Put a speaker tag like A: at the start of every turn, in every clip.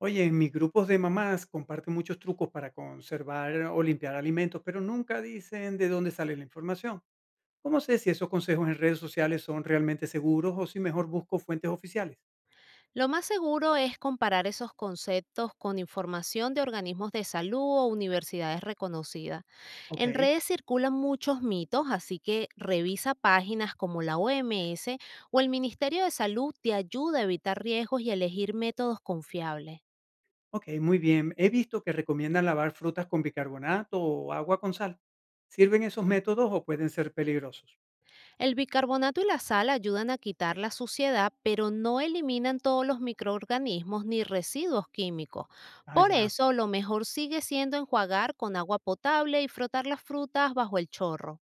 A: Oye, en mis grupos de mamás comparten muchos trucos para conservar o limpiar alimentos, pero nunca dicen de dónde sale la información. ¿Cómo sé si esos consejos en redes sociales son realmente seguros o si mejor busco fuentes oficiales?
B: Lo más seguro es comparar esos conceptos con información de organismos de salud o universidades reconocidas.
A: Ok,
B: En redes circulan muchos mitos, así que revisa páginas como la OMS o el Ministerio de Salud te ayuda a evitar riesgos y elegir métodos confiables.
A: ok, muy bien. He visto que recomiendan lavar frutas con bicarbonato o agua con sal. ¿Sirven esos métodos o pueden ser peligrosos?
B: El bicarbonato y la sal ayudan a quitar la suciedad, pero no eliminan todos los microorganismos ni residuos químicos.
A: Ah,
B: Por
A: ya.
B: eso, lo mejor sigue siendo enjuagar con agua potable y frotar las frutas bajo el chorro.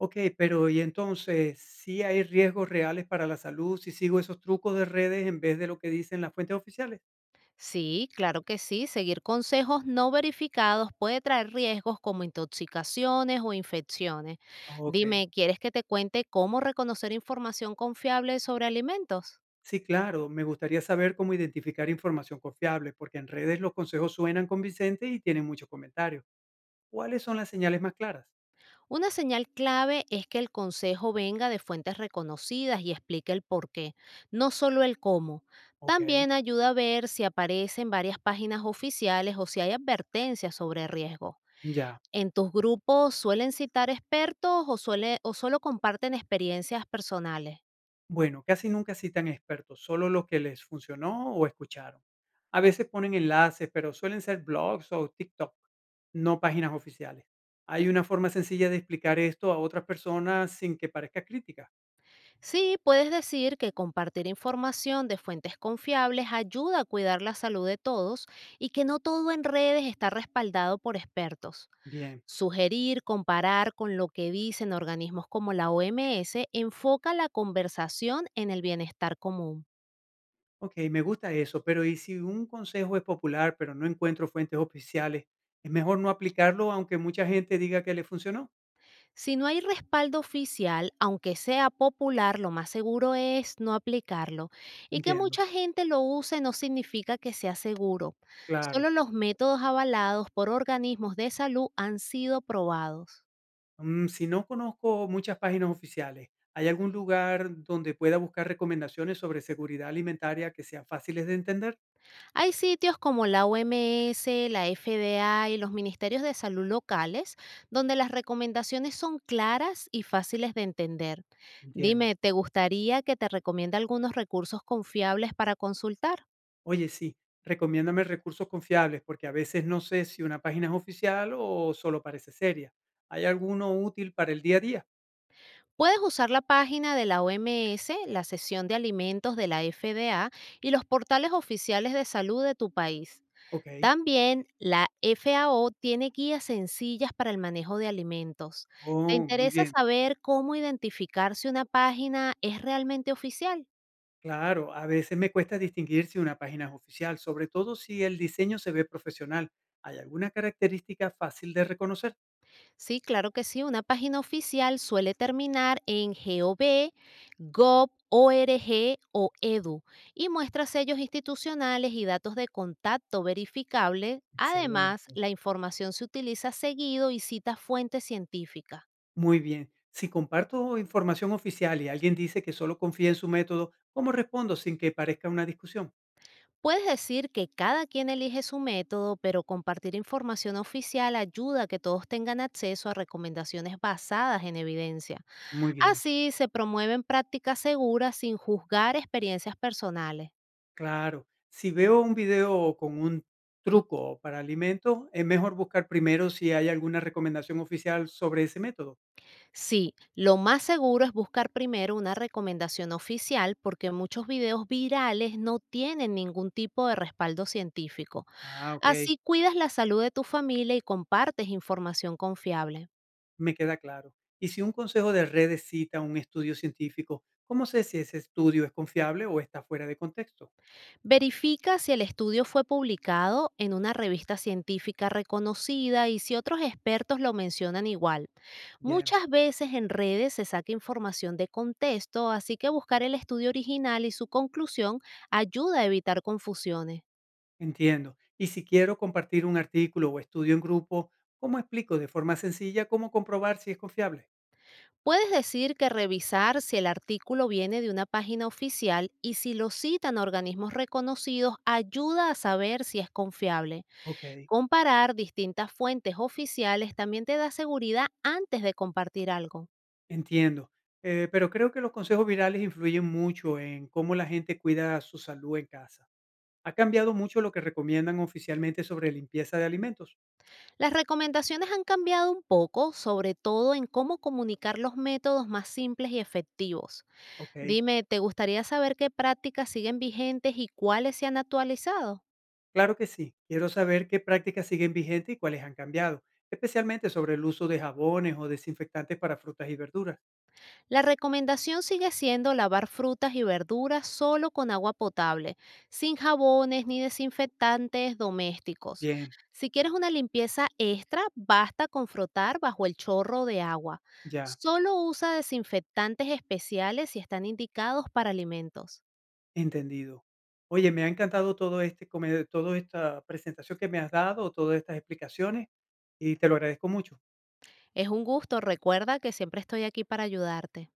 A: Ok, pero ¿y entonces si hay riesgos reales para la salud si sigo esos trucos de redes en vez de lo que dicen las fuentes oficiales?
B: Sí, claro que sí. Seguir consejos no verificados puede traer riesgos como intoxicaciones o infecciones.
A: Ok.
B: Dime, ¿quieres que te cuente cómo reconocer información confiable sobre alimentos?
A: Sí, claro, me gustaría saber cómo identificar información confiable, porque en redes los consejos suenan convincentes y tienen muchos comentarios. ¿Cuáles son las señales más claras?
B: Una señal clave es que el consejo venga de fuentes reconocidas y explique el por qué, no solo el cómo.
A: Ok,
B: También ayuda a ver si aparecen varias páginas oficiales o si hay advertencias sobre riesgo.
A: ya.
B: ¿En tus grupos suelen citar expertos o, solo comparten experiencias personales?
A: Bueno, casi nunca citan expertos, solo lo que les funcionó o escucharon. A veces ponen enlaces, pero suelen ser blogs o TikTok, no páginas oficiales. ¿Hay una forma sencilla de explicar esto a otras personas sin que parezca crítica?
B: Sí, puedes decir que compartir información de fuentes confiables ayuda a cuidar la salud de todos y que no todo en redes está respaldado por expertos.
A: Bien.
B: Sugerir, comparar con lo que dicen organismos como la OMS enfoca la conversación en el bienestar común.
A: Okey, me gusta eso, pero ¿y si un consejo es popular, pero no encuentro fuentes oficiales, es mejor no aplicarlo aunque mucha gente diga que le funcionó?
B: Si no hay respaldo oficial, aunque sea popular, lo más seguro es no aplicarlo. Y que
A: Entiendo,
B: mucha gente lo use no significa que sea seguro.
A: claro.
B: Solo los métodos avalados por organismos de salud han sido probados.
A: Mm, si no conozco muchas páginas oficiales, ¿hay algún lugar donde pueda buscar recomendaciones sobre seguridad alimentaria que sean fáciles de entender?
B: Hay sitios como la OMS, la FDA y los ministerios de salud locales donde las recomendaciones son claras y fáciles de entender.
A: Entiendo.
B: Dime, ¿te gustaría que te recomiende algunos recursos confiables para consultar?
A: Oye, sí, recomiéndame recursos confiables, porque a veces no sé si una página es oficial o solo parece seria. ¿Hay alguno útil para el día a día?
B: Puedes usar la página de la OMS, la sesión de alimentos de la FDA y los portales oficiales de salud de tu país.
A: Okey.
B: También la FAO tiene guías sencillas para el manejo de alimentos. ¿Te
A: Oh, muy
B: interesa
A: bien.
B: saber cómo identificar si una página es realmente oficial?
A: Claro, a veces me cuesta distinguir si una página es oficial, sobre todo si el diseño se ve profesional. ¿Hay alguna característica fácil de reconocer?
B: Sí, claro que sí. Una página oficial suele terminar en gov, org o edu y muestra sellos institucionales y datos de contacto verificables. Además,
A: Excelente.
B: la información se utiliza seguido y cita fuentes científicas.
A: Muy bien. Si comparto información oficial y alguien dice que solo confía en su método, ¿cómo respondo sin que parezca una discusión?
B: Puedes decir que cada quien elige su método, pero compartir información oficial ayuda a que todos tengan acceso a recomendaciones basadas en evidencia.
A: Muy bien.
B: Así se promueven prácticas seguras sin juzgar experiencias personales.
A: Claro. Si veo un video con un truco para alimentos, es mejor buscar primero si hay alguna recomendación oficial sobre ese método.
B: Sí, lo más seguro es buscar primero una recomendación oficial porque muchos videos virales no tienen ningún tipo de respaldo científico.
A: Ah, ok.
B: Así cuidas la salud de tu familia y compartes información confiable.
A: Me queda claro. Y si un consejo de redes cita un estudio científico, ¿cómo sé si ese estudio es confiable o está fuera de contexto?
B: Verifica si el estudio fue publicado en una revista científica reconocida y si otros expertos lo mencionan igual.
A: Bien,
B: Muchas veces en redes se saca información de contexto, así que buscar el estudio original y su conclusión ayuda a evitar confusiones.
A: entiendo. Y si quiero compartir un artículo o estudio en grupo, ¿cómo explico de forma sencilla cómo comprobar si es confiable?
B: Puedes decir que revisar si el artículo viene de una página oficial y si lo citan organismos reconocidos ayuda a saber si es confiable.
A: Ok,
B: Comparar distintas fuentes oficiales también te da seguridad antes de compartir algo.
A: entiendo. Pero creo que los consejos virales influyen mucho en cómo la gente cuida su salud en casa. Ha cambiado mucho lo que recomiendan oficialmente sobre limpieza de alimentos.
B: Las recomendaciones han cambiado un poco, sobre todo en cómo comunicar los métodos más simples y efectivos.
A: Ok.
B: Dime, ¿te gustaría saber qué prácticas siguen vigentes y cuáles se han actualizado?
A: Claro que sí. Quiero saber qué prácticas siguen vigentes y cuáles han cambiado, especialmente sobre el uso de jabones o desinfectantes para frutas y verduras.
B: La recomendación sigue siendo lavar frutas y verduras solo con agua potable, sin jabones ni desinfectantes domésticos.
A: Bien,
B: Si quieres una limpieza extra, basta con frotar bajo el chorro de agua.
A: ya,
B: Solo usa desinfectantes especiales si están indicados para alimentos.
A: entendido. Oye, me ha encantado todo este, toda esta presentación que me has dado, todas estas explicaciones, y te lo agradezco mucho.
B: Es un gusto, recuerda que siempre estoy aquí para ayudarte.